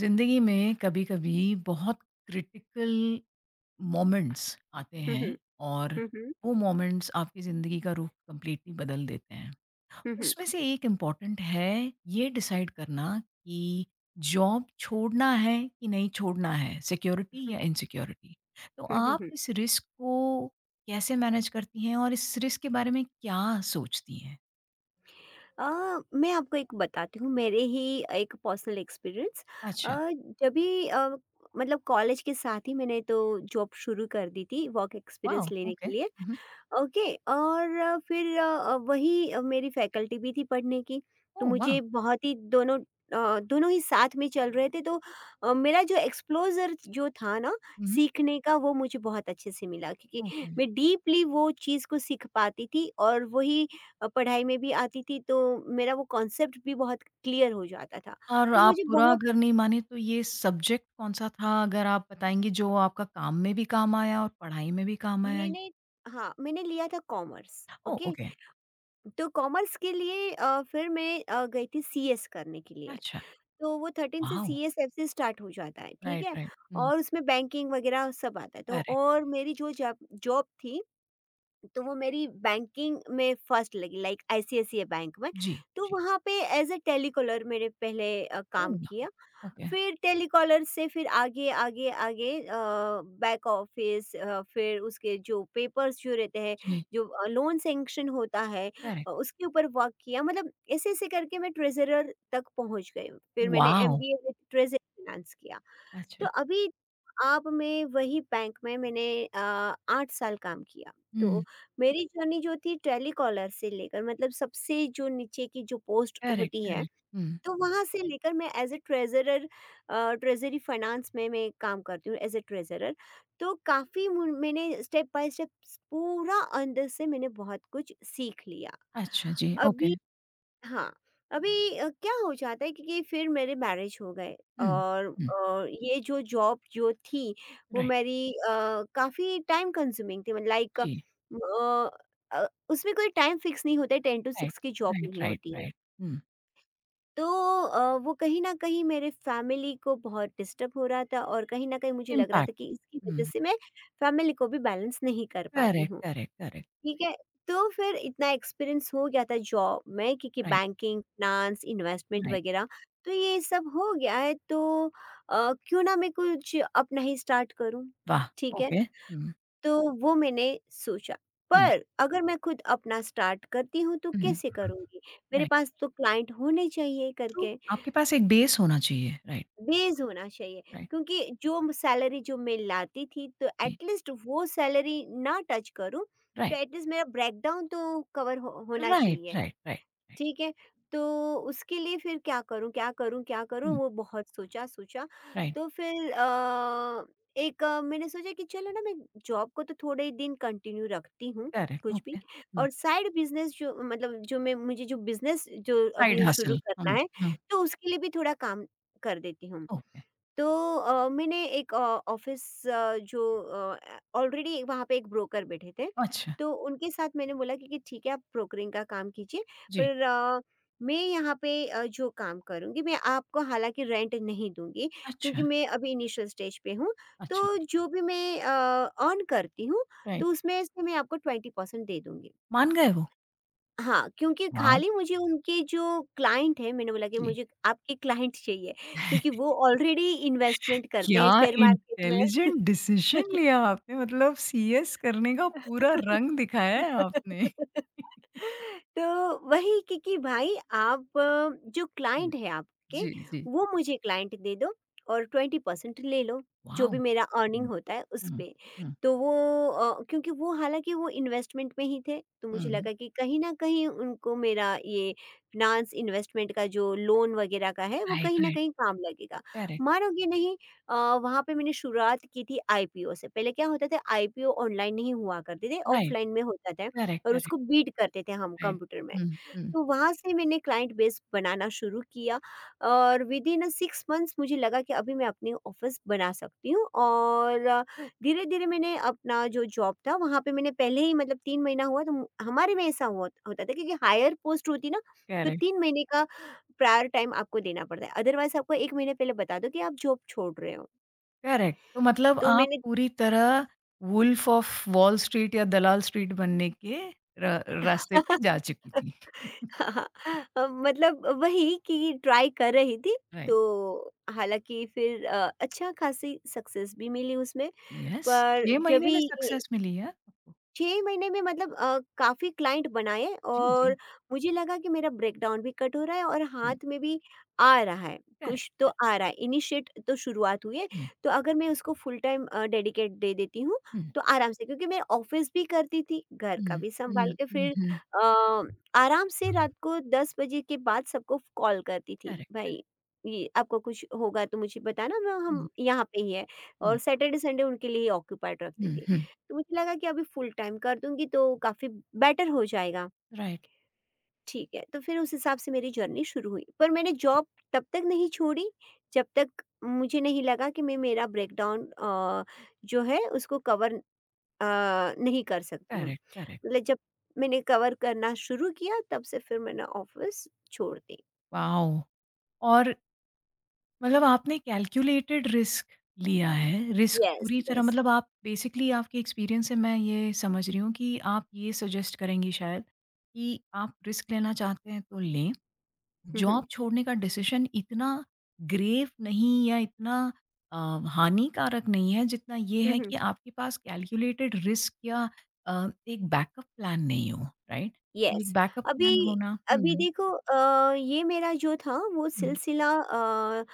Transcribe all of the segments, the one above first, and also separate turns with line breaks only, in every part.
जिंदगी में कभी कभी बहुत क्रिटिकल मोमेंट्स आते
हुँ, हुँ।
हैं और
हुँ, हुँ।
वो मोमेंट्स आपकी ज़िंदगी का रुख कंप्लीटली बदल देते हैं।
हुँ, हुँ।
उसमें से एक इम्पॉर्टेंट है ये डिसाइड करना कि जॉब छोड़ना है कि नहीं छोड़ना है, सिक्योरिटी
हुँ,
या इनसिक्योरिटी। तो
हुँ, हुँ,
आप
हुँ।
इस रिस्क को कैसे मैनेज करती हैं और इस रिस्क के बारे में क्या सोचती हैं?
मैं आपको एक बताती हूँ मेरे ही एक पर्सनल एक्सपीरियंस।
अच्छा।
अ, जब भी मतलब कॉलेज के साथ ही मैंने तो जॉब शुरू कर दी थी वर्क
वाह।
एक्सपीरियंस लेने के
ओके।
लिए। ओके और फिर वही मेरी फैकल्टी भी थी पढ़ने की, तो
ओह वाह।
मुझे बहुत ही दोनों ही साथ में चल रहे थे, तो मेरा जो एक्सप्लोजर जो था ना सीखने का वो मुझे बहुत अच्छे से मिला क्योंकि
ओके,
मैं डीपली वो चीज़ को सीख पाती थी और वही पढ़ाई में भी आती थी, तो मेरा वो कॉन्सेप्ट भी बहुत क्लियर हो जाता था।
और
तो
आप
मुझे
बुरा
बहुत
अगर नहीं माने तो ये सब्जेक्ट कौन-सा था? अगर आप बताएँगी जो आपका काम में भी काम आया और पढ़ाई में भी काम आया?
मैंने हाँ, मैंने लिया था कॉमर्स।
ओह!
Okay,
okay.
तो कॉमर्स के लिए फिर मैं गई थी सीएस करने के लिए,
अच्छा।
तो वो 13 से
वॉव!
सीएसएफ से स्टार्ट हो जाता है, ठीक
राइट,
है?
राइट। हुँ,
और उसमें बैंकिंग वगैरह सब आता है, तो
करेक्ट।
और मेरी जो जॉब जॉब थी, तो वो मेरी बैंकिंग में फर्स्ट लगी लाइक आईसीआईसीआई बैंक में,
जी,
तो
जी।
वहाँ पे एज़ अ टेलीकॉलर मैंने पहले
ओह
काम
वाह!
किया।
ओके।
फिर टेलीकॉलर से फिर आगे, आगे, आगे बैक ऑफ़िस फिर उसके जो पेपर्स जो रहते हैं,
जी,
जो लोन सैंक्शन होता है
करेक्ट।
उसके ऊपर वर्क किया, मतलब ऐसे-ऐसे करके मैं ट्रेज़रर तक पहुँच गई हूँ। फिर मैंने
wow!
MBA with treasury finance किया। तो
अच्छा।
अभी आप में वही बैंक में मैंने 8 साल काम किया। तो
हुँ,
मेरी जर्नी जो थी टेलीकॉलर से लेकर मतलब सबसे जो नीचे की जो पोस्ट
करेक्ट,
होती है,
करेक्ट। हुँ।
तो वहाँ से लेकर मैं as a treasurer treasury finance में मैं काम करती हूँ एज़ अ ट्रेज़रर। तो काफ़ी मुन मैंने स्टेप बाय स्टेप स पूरा अंदर से मैंने बहुत कुछ सीख लिया।
अच्छा जी,
अभी
ओके।
हाँ, अभी क्या हो जाता है कि फिर मेरे मैरिज हो गए,
हुँ,
और
हुँ।
ये जो जॉब जो थी वो
राइट।
मेरी काफ़ी टाइम कंज्यूमिंग थी, मतलब लाइक
जी,
उसमें कोई टाइम फिक्स नहीं होता है, 10 टू
राइट,
6 की जॉब
राइट,
नहीं
राइट,
होती है।
राइट। हुँ,
तो वो कहीं न कहीं मेरे फैमिली को बहुत डिस्टर्ब हो रहा था, और कहीं न कहीं मुझे लग रहा
इम्पैक्ट।
था कि इसकी
हुँ,
वज़ह से मैं फैमिली को भी बैलेंस नहीं कर पाती
करेक्ट,
हूँ,
करेक्ट, करेक्ट।
ठीक है? तो फिर इतना एक्सपीरियंस हो गया था जॉब में क्योंकि
right,
banking, finance, investment
right.
वग़ैरह तो ये सब हो गया है, तो क्यों ना मैं कुछ अपना ही स्टार्ट करूँ,
वाह!
ठीक है?
ओके। हुँ,
तो वो मैंने सोचा।
हुँ,
पर अगर मैं खुद अपना स्टार्ट करती हूँ तो कैसे
हुँ।
करूँगी? मेरे
राइट।
पास तो क्लाइंट होने चाहिए
तो
करके।
आपके पास एक बेस होना चाहिए। राइट,
बेस होना चाहिए,
राइट,
क्योंकि जो सैलरी जो मैं लाती थी, तो
जी।
एटलीस्ट वो सैलरी ना टच करूं, तो
राइट,
एटलीस्ट मेरा ब्रेकडाउन तो कवर हो, होना
राइट,
चाहिए,
राइट, राइट, राइट।
ठीक है? तो उसके लिए फिर क्या करूं क्या करूं क्या करूं,
हुँ,
वो बहुत सोचा सोचा।
राइट,
तो फिर एक मैंने सोचा कि चलो ना, मैं जॉब को तो थोड़े ही दिन कंटिन्यू रखती हूँ
करेक्ट,
कुछ भी,
ओके। हुँ,
और साइड बिजनेस जो मतलब जो मैं मुझे जो बिजनेस जो
साइड
अभी शुरू
हसल। हुँ,
करना है
हुँ,
तो उसके लिए भी थोड़ा काम कर देती हूँ।
ओके।
तो मैंने एक ऑफ़िस जो ऑलरेडी वहाँ पे एक ब्रोकर बैठे थे,
अच्छा,
तो उनके साथ मैंने बोला कि ठीक है, आप ब्रोकरिंग का काम कीजिए,
जी।
पर मैं यहाँ पे जो काम करूँगी, मैं आपको हालाँकि रेंट नहीं दूँगी क्योंकि
अच्छा,
मैं अभी इनिशियल स्टेज पे हूँ,
अच्छा,
तो जो भी मैं अर्न करती हूँ, तो
राइट।
उसमें से मैं आपको 20% दे दूँगी।
मान गए वो?
हाँ, क्योंकि
वॉव!
खाली मुझे उनके जो क्लाइंट हैं, मैंने बोला कि
जी।
मुझे आपके क्लाइंट चाहिए, क्योंकि वो ऑलरेडी इन्वेस्टमेंट करते
क्या
हैं शेयर मार्केट में।
इंटेलिजेंट डिसीज़न लिया आपने! मतलब सीएस करने का पूरा रंग दिखाया है आपने।
तो वही, क्योंकि भाई आप जो
हुँ,
क्लाइंट है आपके,
जी, जी।
वो मुझे क्लाइंट दे दो और 20% ले लो जो भी
वॉव!
मेरा अर्निंग
हुँ,
होता है उस
हुँ,
पे।
हुँ,
तो वो क्योंकि वो हालांकि वो इन्वेस्टमेंट में ही थे, तो मुझे
हुँ।
लगा कि कहीं ना कहीं उनको मेरा ये फिनांस इन्वेस्टमेंट का जो लोन वगैरह का है वो कहीं
राइट,
ना कहीं काम लगेगा।
करेक्ट,
मानोगे नहीं, अ, वहाँ पे मैंने शुरुआत की थी आईपीओ से। पहले क्या होता था, आईपीओ ऑनलाइन नहीं हुआ करते थे,
राइट,
ऑफ़लाइन में होता था,
करेक्ट,
और
करेक्ट।
उसको बीट करते थे हम
राइट।
कंप्यूटर में।
हुँ, हुँ।
तो वहाँ से मैंने क्लाइंट बेस बनाना शुरू किया, और विदिन 6 मंथ्स मुझे लगा कि अभी मैं अपनी ऑफ़िस बना सकती हूँ, और धीरे-धीरे मैंने अपना जो जॉब था वहाँ पे मैंने पहले ही मतलब 3 महीना हुआ तो हमारे में ऐसा हुआ होता था क्योंकि हायर पोस्ट होती ना, तो
करेक्ट,
3 महीने का प्रायर टाइम आपको देना पड़ता है। अदरवाइज़ आपको 1 महीने पहले बता दो कि आप जॉब छोड़ रहे हो।
करेक्ट। तो मतलब
तो
आप
मैंने
पूरी तरह वुल्फ ऑफ वॉल स्ट्रीट या दलाल स्ट्रीट बनने के र रास्ते पे जा चुकी थी।
हाँ, मतलब वही कि ट्राई कर रही थी,
राइट,
तो हालाँकि फिर अच्छा खासी सक्सेस भी मिली उसमें,
यस।
पर
6
जब
महीने
भी
में
ये
सक्सेस मिली है आपको।
6 महीने में मतलब काफ़ी क्लाइंट बनाए,
जी,
और
जी।
मुझे लगा कि मेरा ब्रेकडाउन भी कट हो रहा है और
हुँ,
हाथ में भी आ रहा है, कुछ
करेक्ट।
तो आ रहा है। इनिशिएट तो शुरुआत हुई है,
हुँ,
तो अगर मैं उसको फुल टाइम डेडिकेट दे देती हूँ,
हुँ,
तो आराम से, क्योंकि मैं ऑफ़िस भी करती थी, घर का
हुँ,
भी
हुँ,
सँभाल के
हुँ,
फिर
हुँ,
अ, आराम से रात को 10 बजे के बाद सबको कॉल करती थी,
करेक्ट।
"भाई, ये आपको कुछ होगा तो मुझे बताना, मैं
हुँ,
हम यहाँ पे ही हैं।" और
हुँ,
सैटरडे-संडे उनके लिए ही ऑक्यूपाइड रखती
हुँ,
थी।
हुँ,
तो मुझे लगा कि अभी फुल टाइम कर दूँगी तो काफ़ी बेटर हो जाएगा।
राइट,
ठीक है, तो फिर उस हिसाब से मेरी जर्नी शुरू हुई। पर मैंने
वाओ!
जॉब तब तक नहीं छोड़ी जब तक मुझे नहीं लगा कि मैं मेरा ब्रेकडाउन जो है उसको कवर अ, नहीं कर सकती हूँ।
करेक्ट, करेक्ट,
मतलब जब मैंने कवर करना शुरू किया तब से फिर मैंने ऑफ़िस छोड़ दी।
वाओ! और मतलब आपने कैलकुलेटेड रिस्क लिया है। रिस्क
यस,
पूरी तरह
यस।
मतलब आप बेसिकली, आपके एक्सपीरियंस से मैं ये समझ रही हूँ कि आप ये सजेस्ट करेंगी शायद कि आप रिस्क लेना चाहते हैं तो लें।
हुँ,
जॉब
हुँ।
छोड़ने का डिसीज़न इतना ग्रेव नहीं या इतना अ, हानिकारक नहीं है जितना ये
हुँ,
है
हुँ।
कि आपके पास कैलकुलेटेड रिस्क या एक बैकअप प्लान नहीं हो, राइट? एक
यस,
बैकअप
अभी
प्लान होना।
अभी
हुँ,
देखो ये मेरा जो था वो
हुँ।
सिलसिला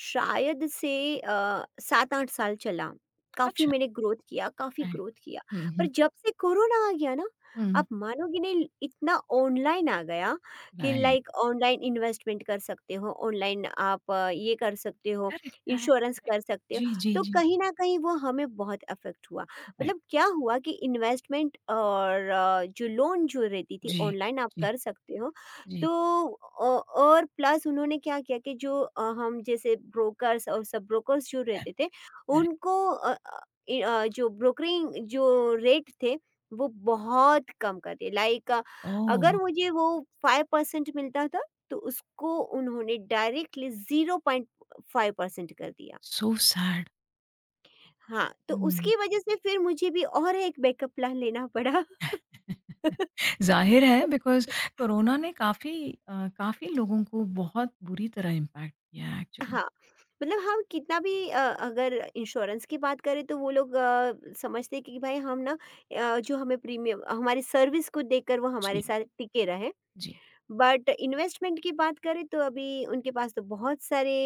शायद से 7-8 साल चला। काफ़ी
अच्छा,
मैंने ग्रोथ किया, काफ़ी
राइट।
ग्रोथ किया।
हुँ,
पर
हुँ,
जब से कोरोना आ गया ना,
हुँ,
आप मानोगे नहीं इतना ऑनलाइन आ गया कि
राइट।
लाइक ऑनलाइन इन्वेस्टमेंट कर सकते हो, ऑनलाइन आप ये कर सकते हो,
करेक्ट, करेक्ट,
इंश्योरेंस
करेक्ट।
कर सकते हो,
जी, जी,
तो
जी।
कहीं न कहीं वो हमें बहुत अफ़ेक्ट हुआ।
राइट।
मतलब क्या हुआ कि इन्वेस्टमेंट और जो लोन जो रहती थी
जी,
ऑनलाइन आप
जी,
कर सकते हो।
जी।
तो अ, और प्लस उन्होंने क्या किया कि जो हम जैसे ब्रोकर्स और सब ब्रोकर्स जो
करेक्ट,
रहते थे,
करेक्ट।
उनको जो ब्रोकरिंग जो रेट थे वो बहुत कम कर दिए, लाइक अगर
ओह!
मुझे वो 5% मिलता था, तो उसको उन्होंने डायरेक्टली 0.5% कर दिया।
So sad.
हाँ, तो
हुँ।
उसकी वजह से फिर मुझे भी और एक बैकअप प्लान लेना पड़ा।
ज़ाहिर है बिकॉज़ कोरोना ने काफ़ी लोगों को बहुत बुरी तरह इम्पैक्ट किया है एक्चुअली।
हाँ, मतलब हम कितना भी अगर इंश्योरेंस की बात करें तो वो लोग समझते हैं कि भाई हम ना जो हमें प्रीमियम हमारी सर्विस को देकर वो हमारे
जी,
साथ टिके रहें।
जी,
बट इन्वेस्टमेंट की बात करें तो अभी उनके पास तो बहुत सारे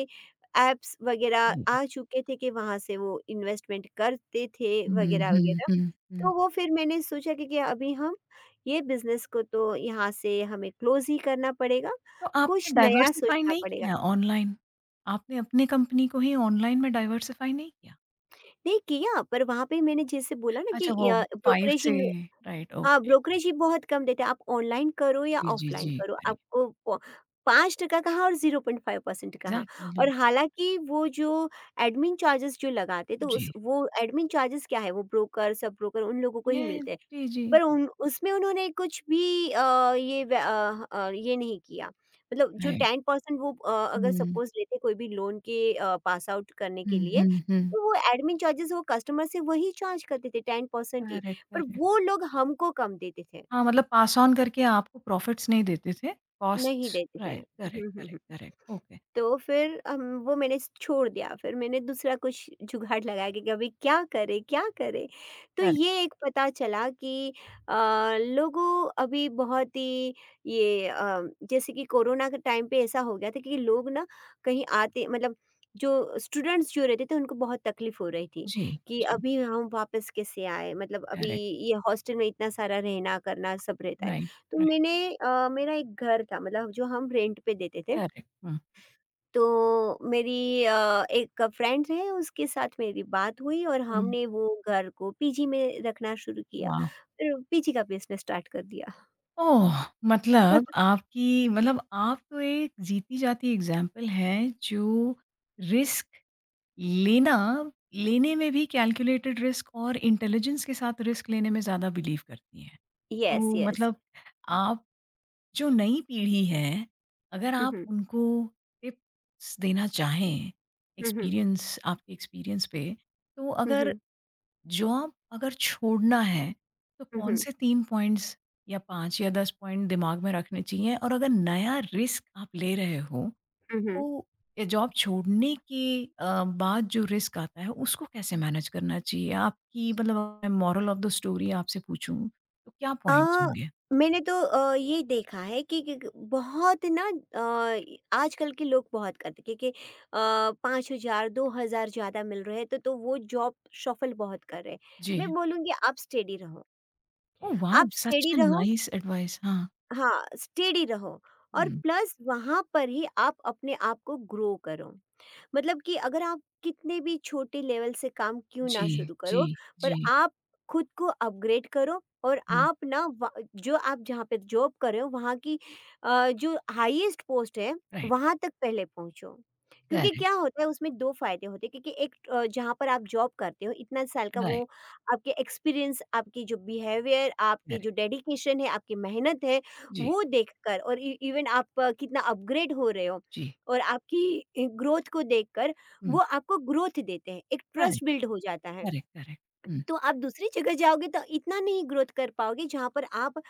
ऐप्स वगैरह
जी।
आ चुके थे कि वहाँ से वो इन्वेस्टमेंट करते थे
हुँ, हुँ,
वगैरह-वगैरह।
हुँ, हुँ।
तो वो फिर मैंने सोचा कि अभी हम ये बिज़नेस को तो यहाँ से हमें क्लोज़ ही करना पड़ेगा,
तो आपने
कुछ नया
डाइवर्सिफ़ाई
सोचना
नहीं
पड़ेगा।
किया ऑनलाइन? आपने अपनी कंपनी को ही ऑनलाइन में डाइवर्सिफ़ाई नहीं किया?
नहीं किया, पर वहाँ पे मैंने जैसे बोला ना कि
अच्छा, वो 5
ब्रोकरेज
से।
इन,
राइट,
हाँ,
ओके।
ब्रोकरेज ही बहुत कम देते हैं। आप ऑनलाइन करो या
जी, जी,
ऑफ़लाइन
जी।
करो,
करेक्ट।
आपको प 5% कहाँ और 0.5% कहाँ,
एग्ज़ैक्ट
और
मतलब।
हालाँकि वो जो एडमिन चार्जेज़ जो लगाते तो उस
जी।
वो एडमिन चार्जेज़ क्या है, वो ब्रोकर, सब ब्रोकर उन लोगों को ही
यस,
मिलते हैं।
जी, जी।
पर उन उसमें उन्होंने कुछ भी ये ये नहीं किया। मतलब जो
राइट।
10% वो अगर
हुँ।
सपोज़ लेते कोई भी लोन के पास आउट करने के
हुँ,
लिए,
हुँ, हुँ।
तो वो एडमिन चार्जेज़ वो कस्टमर से वही चार्ज करते थे 10% ही,
करेक्ट,
पर
करेक्ट।
वो लोग हमको कम देते थे,
हाँ, मतलब पास ऑन करके आपको प्रॉफिट्स नहीं देते थे,
नहीं
कॉस्ट्स
देते थे।
राइट, करेक्ट,
हुँ, हुँ, हुँ।
करेक्ट, करेक्ट, ओके,
तो फिर वो मैंने छोड़ दिया, फिर मैंने दूसरा कुछ जुगाड़ लगाया कि अभी क्या करे क्या करे, तो
करेक्ट,
ये एक पता चला कि अ, लोगों अभी बहुत ही ये जैसे कि कोरोना के टाइम पे ऐसा हो गया था कि लोग ना कहीं आते मतलब जो स्टूडेंट्स जो रहते थे उनको बहुत तकलीफ हो रही थी
जी,
कि
जी,
अभी हम वापस कैसे आए, मतलब अभी
करेक्ट,
ये हॉस्टल में इतना सारा रहना करना सब रहता है,
राइट,
तो
राइट,
मैंने मेरा एक घर था, मतलब जो हम रेंट पे देते थे,
करेक्ट, हुँ,
तो मेरी एक फ्रेंड है उसके साथ मेरी बात हुई और
हुँ।
हमने वो घर को पीजी में रखना शुरू किया।
वाह!
फिर पीजी का बिज़नेस स्टार्ट कर दिया।
ओह! मतलब आपकी, मतलब आप तो एक जीती-जाती एग्ज़ाम्पल हैं जो रिस्क लेना लेने में भी कैलकुलेटेड रिस्क और इंटेलिजेंस के साथ रिस्क लेने में ज़्यादा बिलीव करती हैं।
यस,
तो
यस।
मतलब आप, जो नई पीढ़ी है, अगर
हुँ,
आप
हुँ।
उनको टिप्स देना चाहें,
हुँ, हुँ।
एक्सपीरियंस आपके एक्सपीरियंस पे, तो
हुँ,
अगर
हुँ।
जॉब अगर छोड़ना है, तो
हुँ, हुँ।
कौन-से 3 पॉइंट्स या 5 या 10 पॉइंट दिमाग में रखने चाहिए? और अगर नया रिस्क आप ले रहे हो
हुँ, हुँ।
तो ये जॉब छोड़ने के बाद जो रिस्क आता है उसको कैसे मैनेज करना चाहिए? आपकी मतलब, अगर मैं मोरल ऑफ द स्टोरी आपसे पूछूँ तो क्या
अ,
पॉइंट्स होंगे?
मैंने तो ये देखा है कि क बहुत ना आजकल के लोग बहुत करते क्योंकि 5000 2000 ज़्यादा मिल रहे हैं, तो वो जॉब शफ़ल बहुत कर रहे हैं। मैं
जी।
बोलूँगी आप स्टेडी रहो।
Oh wow!
आप
सच
स्टेडी
अ
रहो,
नाइस एडवाइस। हाँ।
हाँ स्टेडी रहो। और
हुँ।
प्लस वहाँ पर ही आप अपने आप को ग्रो करो, मतलब कि अगर आप कितने भी छोटे लेवल से काम क्यों ना
जी,
शुरू
जी,
करो, पर
जी।
आप खुद को अपग्रेड करो और
हुँ,
आप ना व जो आप जहाँ पे जॉब कर रहे हो वहाँ की जो हाईएस्ट पोस्ट है,
राइट,
वहाँ तक पहले पहुँचो। क्योंकि
करेक्ट,
क्या होता है उसमें 2 फ़ायदे होते हैं, क्योंकि एक जहाँ पर आप जॉब करते हो इतना साल का
राइट,
वो आपके एक्सपीरियंस, आपकी जो बिहेवियर, आपकी जो
करेक्ट।
डेडिकेशन है, आपकी मेहनत है,
जी,
वो देखकर और इ इवन आप कितना अपग्रेड हो रहे हो
जी।
और आपकी ग्रोथ को देखकर वो
हुँ,
आपको ग्रोथ देते हैं, एक ट्रस्ट
करेक्ट,
बिल्ड हो जाता है।
Correct, correct. हुँ।
तो आप दूसरी जगह जाओगे तो इतना नहीं ग्रोथ कर पाओगे जहाँ पर आप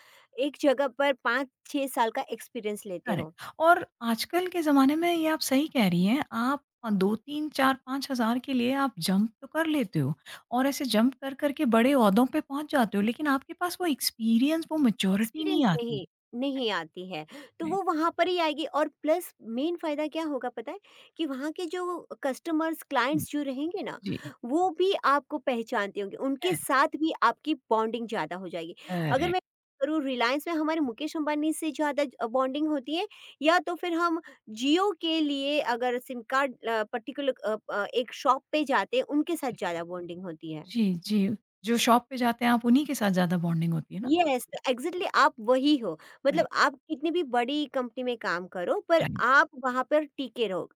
एक जगह पर 5-6 साल का एक्सपीरियंस लेते हो।
करेक्ट। और आजकल के ज़माने में ये आप सही कह रही हैं, आप 2, 3, 4, 5 हज़ार के लिए आप जंप तो कर लेते हो, और ऐसे जंप कर, कर के बड़े ओहदों पे पहुँच जाते हो, लेकिन आपके पास वो एक्सपीरियंस, वो मैच्योरिटी
एक्सपीरियंस
नहीं आती।
नहीं नहीं
राइट,
आती है, तो वो
राइट,
वहाँ पर ही आएगी। और प्लस मेन फ़ायदा क्या होगा पता है? कि वहाँ के जो कस्टमर्स,
जी,
क्लाइंट्स जो रहेंगे ना,
जी,
वो भी आपको पहचानते होंगे, उनके
करेक्ट,
साथ भी आपकी बॉन्डिंग ज़्यादा हो जाएगी। अगर
करेक्ट।
मैं करूँ, रिलायंस में हमारे मुकेश अंबानी से ज़्यादा बॉन्डिंग होती है या तो फिर हम जियो के लिए अगर सिम कार्ड पर्टिकुलर एक शॉप पे जाते हैं, उनके साथ ज़्यादा बॉन्डिंग होती है।
जी, जी, जो शॉप पे जाते हैं आप उन्हीं के साथ ज़्यादा बॉन्डिंग होती है ना?
यस, एग्ज़ैक्टली, आप वही हो। मतलब
राइट,
आप कितनी भी बड़ी कंपनी में काम करो, पर
राइट,
आप वहाँ पर टिके रहो।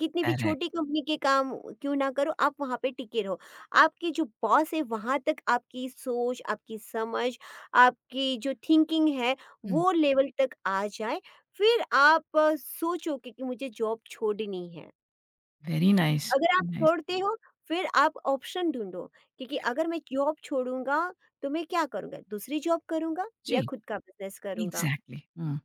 कितनी भी
करेक्ट,
छोटी कंपनी के काम क्यों ना करो, आप वहाँ पे टिके रहो। आपके जो बॉस है, वहाँ तक आपकी सोच, आपकी समझ, आपकी जो थिंकिंग है,
हुँ,
वो लेवल तक आ जाए, फिर आप सोचो कि मुझे जॉब छोड़नी है।
वेरी नाइस,
अगर आप
वेरी नाइस।
छोड़ते हो फिर आप ऑप्शन ढूंढो, क्योंकि अगर मैं जॉब छोड़ूंगा तो मैं क्या करूंगा, दूसरी जॉब करूंगा या
जी,
खुद का बिजनेस करूंगा।
एग्ज़ैक्टली, हुँ,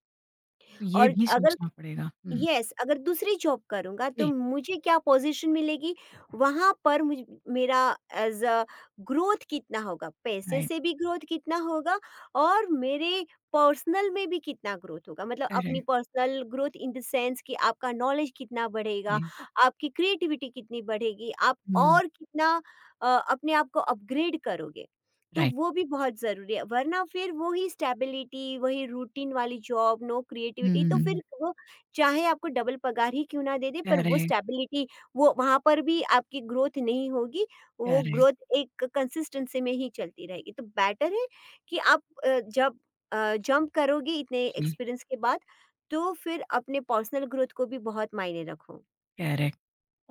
तो ये
और
भी
अगर
सोचना पड़ेगा। हुँ,
येस, अगर दूसरी जॉब करूँगा तो
जी,
मुझे क्या पोज़ीशन मिलेगी, वहाँ पर मुझ मेरा एज़ अ ग्रोथ कितना होगा, पैसे
राइट,
से भी ग्रोथ कितना होगा और मेरे पर्सनल में भी कितना ग्रोथ होगा। मतलब अपनी
correct.
Personal growth, in the sense कि आपका नॉलेज कितना बढ़ेगा,
जी,
आपकी क्रिएटिविटी कितनी बढ़ेगी, आप
हुँ,
और कितना अपने आप को अपग्रेड करोगे। तो
राइट,
वो भी बहुत ज़रूरी है, वरना फिर वो ही स्टेबिलिटी, वही रूटीन वाली जॉब, नो क्रिएटिविटी, तो फिर
हुँ,
वो चाहे आपको डबल पगार ही क्यों ना दे दे, पर वो
करेक्ट,
स्टेबिलिटी, वो वहाँ पर भी आपकी ग्रोथ नहीं होगी, वो
करेक्ट,
ग्रोथ एक कंसिस्टेंसी में ही चलती रहेगी। तो बेटर है कि आप जब जंप करोगे इतने
जी,
एक्सपीरियंस के बाद तो फिर अपने पर्सनल ग्रोथ को भी बहुत मायने रखो।
करेक्ट।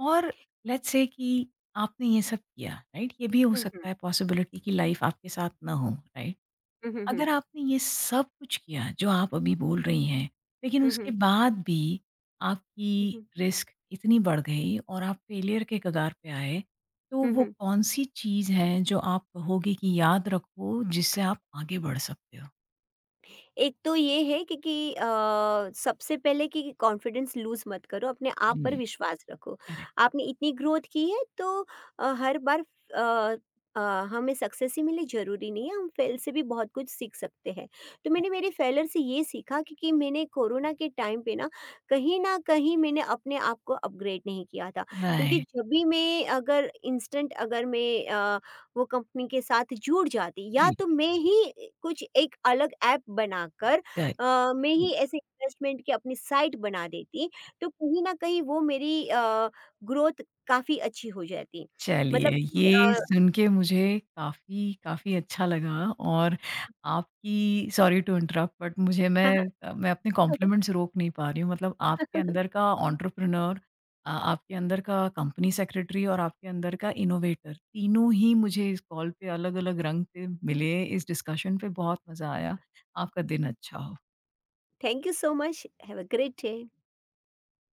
और लेट्स से कि आपने ये सब किया, राइट? ये भी हो
हुँ,
सकता
हुँ।
है पॉसिबिलिटी कि लाइफ़ आपके साथ ना हो, राइट?
हुँ, हुँ, हुँ।
अगर आपने ये सब कुछ किया जो आप अभी बोल रही हैं, लेकिन
हुँ,
उसके
हुँ।
बाद भी
हुँ,
आपकी
हुँ।
रिस्क इतनी बढ़ गई और आप फेलियर के कगार पे आए, तो
हुँ,
वो
हुँ।
कौन-सी चीज़ है जो आप कहोगे कि याद रखो जिससे आप आगे बढ़ सकते हो?
एक तो ये है कि सबसे पहले कि कॉन्फिडेंस लूज़ मत करो, अपने आप पर
जी,
विश्वास रखो।
करेक्ट,
आपने इतनी ग्रोथ की है तो अ, हर बार अ अ, हमें सक्सेस ही मिले ज़रूरी नहीं है, हम फेल से भी बहुत कुछ सीख सकते हैं। तो
राइट,
मैंने मेरे फेलियर से ये सीखा कि मैंने कोरोना के टाइम पे ना, कहीं न कहीं मैंने अपने आप को अपग्रेड नहीं किया था। क्योंकि
राइट,
जब भी मैं अगर इंस्टेंट अगर मैं वो कंपनी के साथ जुड़ जाती या
जी।
तो मैं ही कुछ एक अलग ऐप बनाकर,
च
मैं ही ऐसे इन्वेस्टमेंट की अपनी साइट बना देती तो कहीं ना कहीं वो मेरी ग्रोथ काफ़ी अच्छी हो जाती,
चलिए,
मतलब कि,
ये सुन के मुझे काफ़ी, काफ़ी अच्छा लगा। और आपकी, sorry to interrupt but
uh,
मैं अपने कॉम्प्लिमेंट्स रोक नहीं पा रही हूँ। मतलब आपके अंदर का एंटरप्रेन्योर, आपके अंदर का कंपनी सेक्रेटरी और आपके अंदर का इनोवेटर, तीनों ही मुझे इस कॉल पे अलग-अलग रंग पे मिले। इस डिस्कशन पे बहुत मज़ा आया। आपका दिन अच्छा हो।
Thank you so much, have a great day.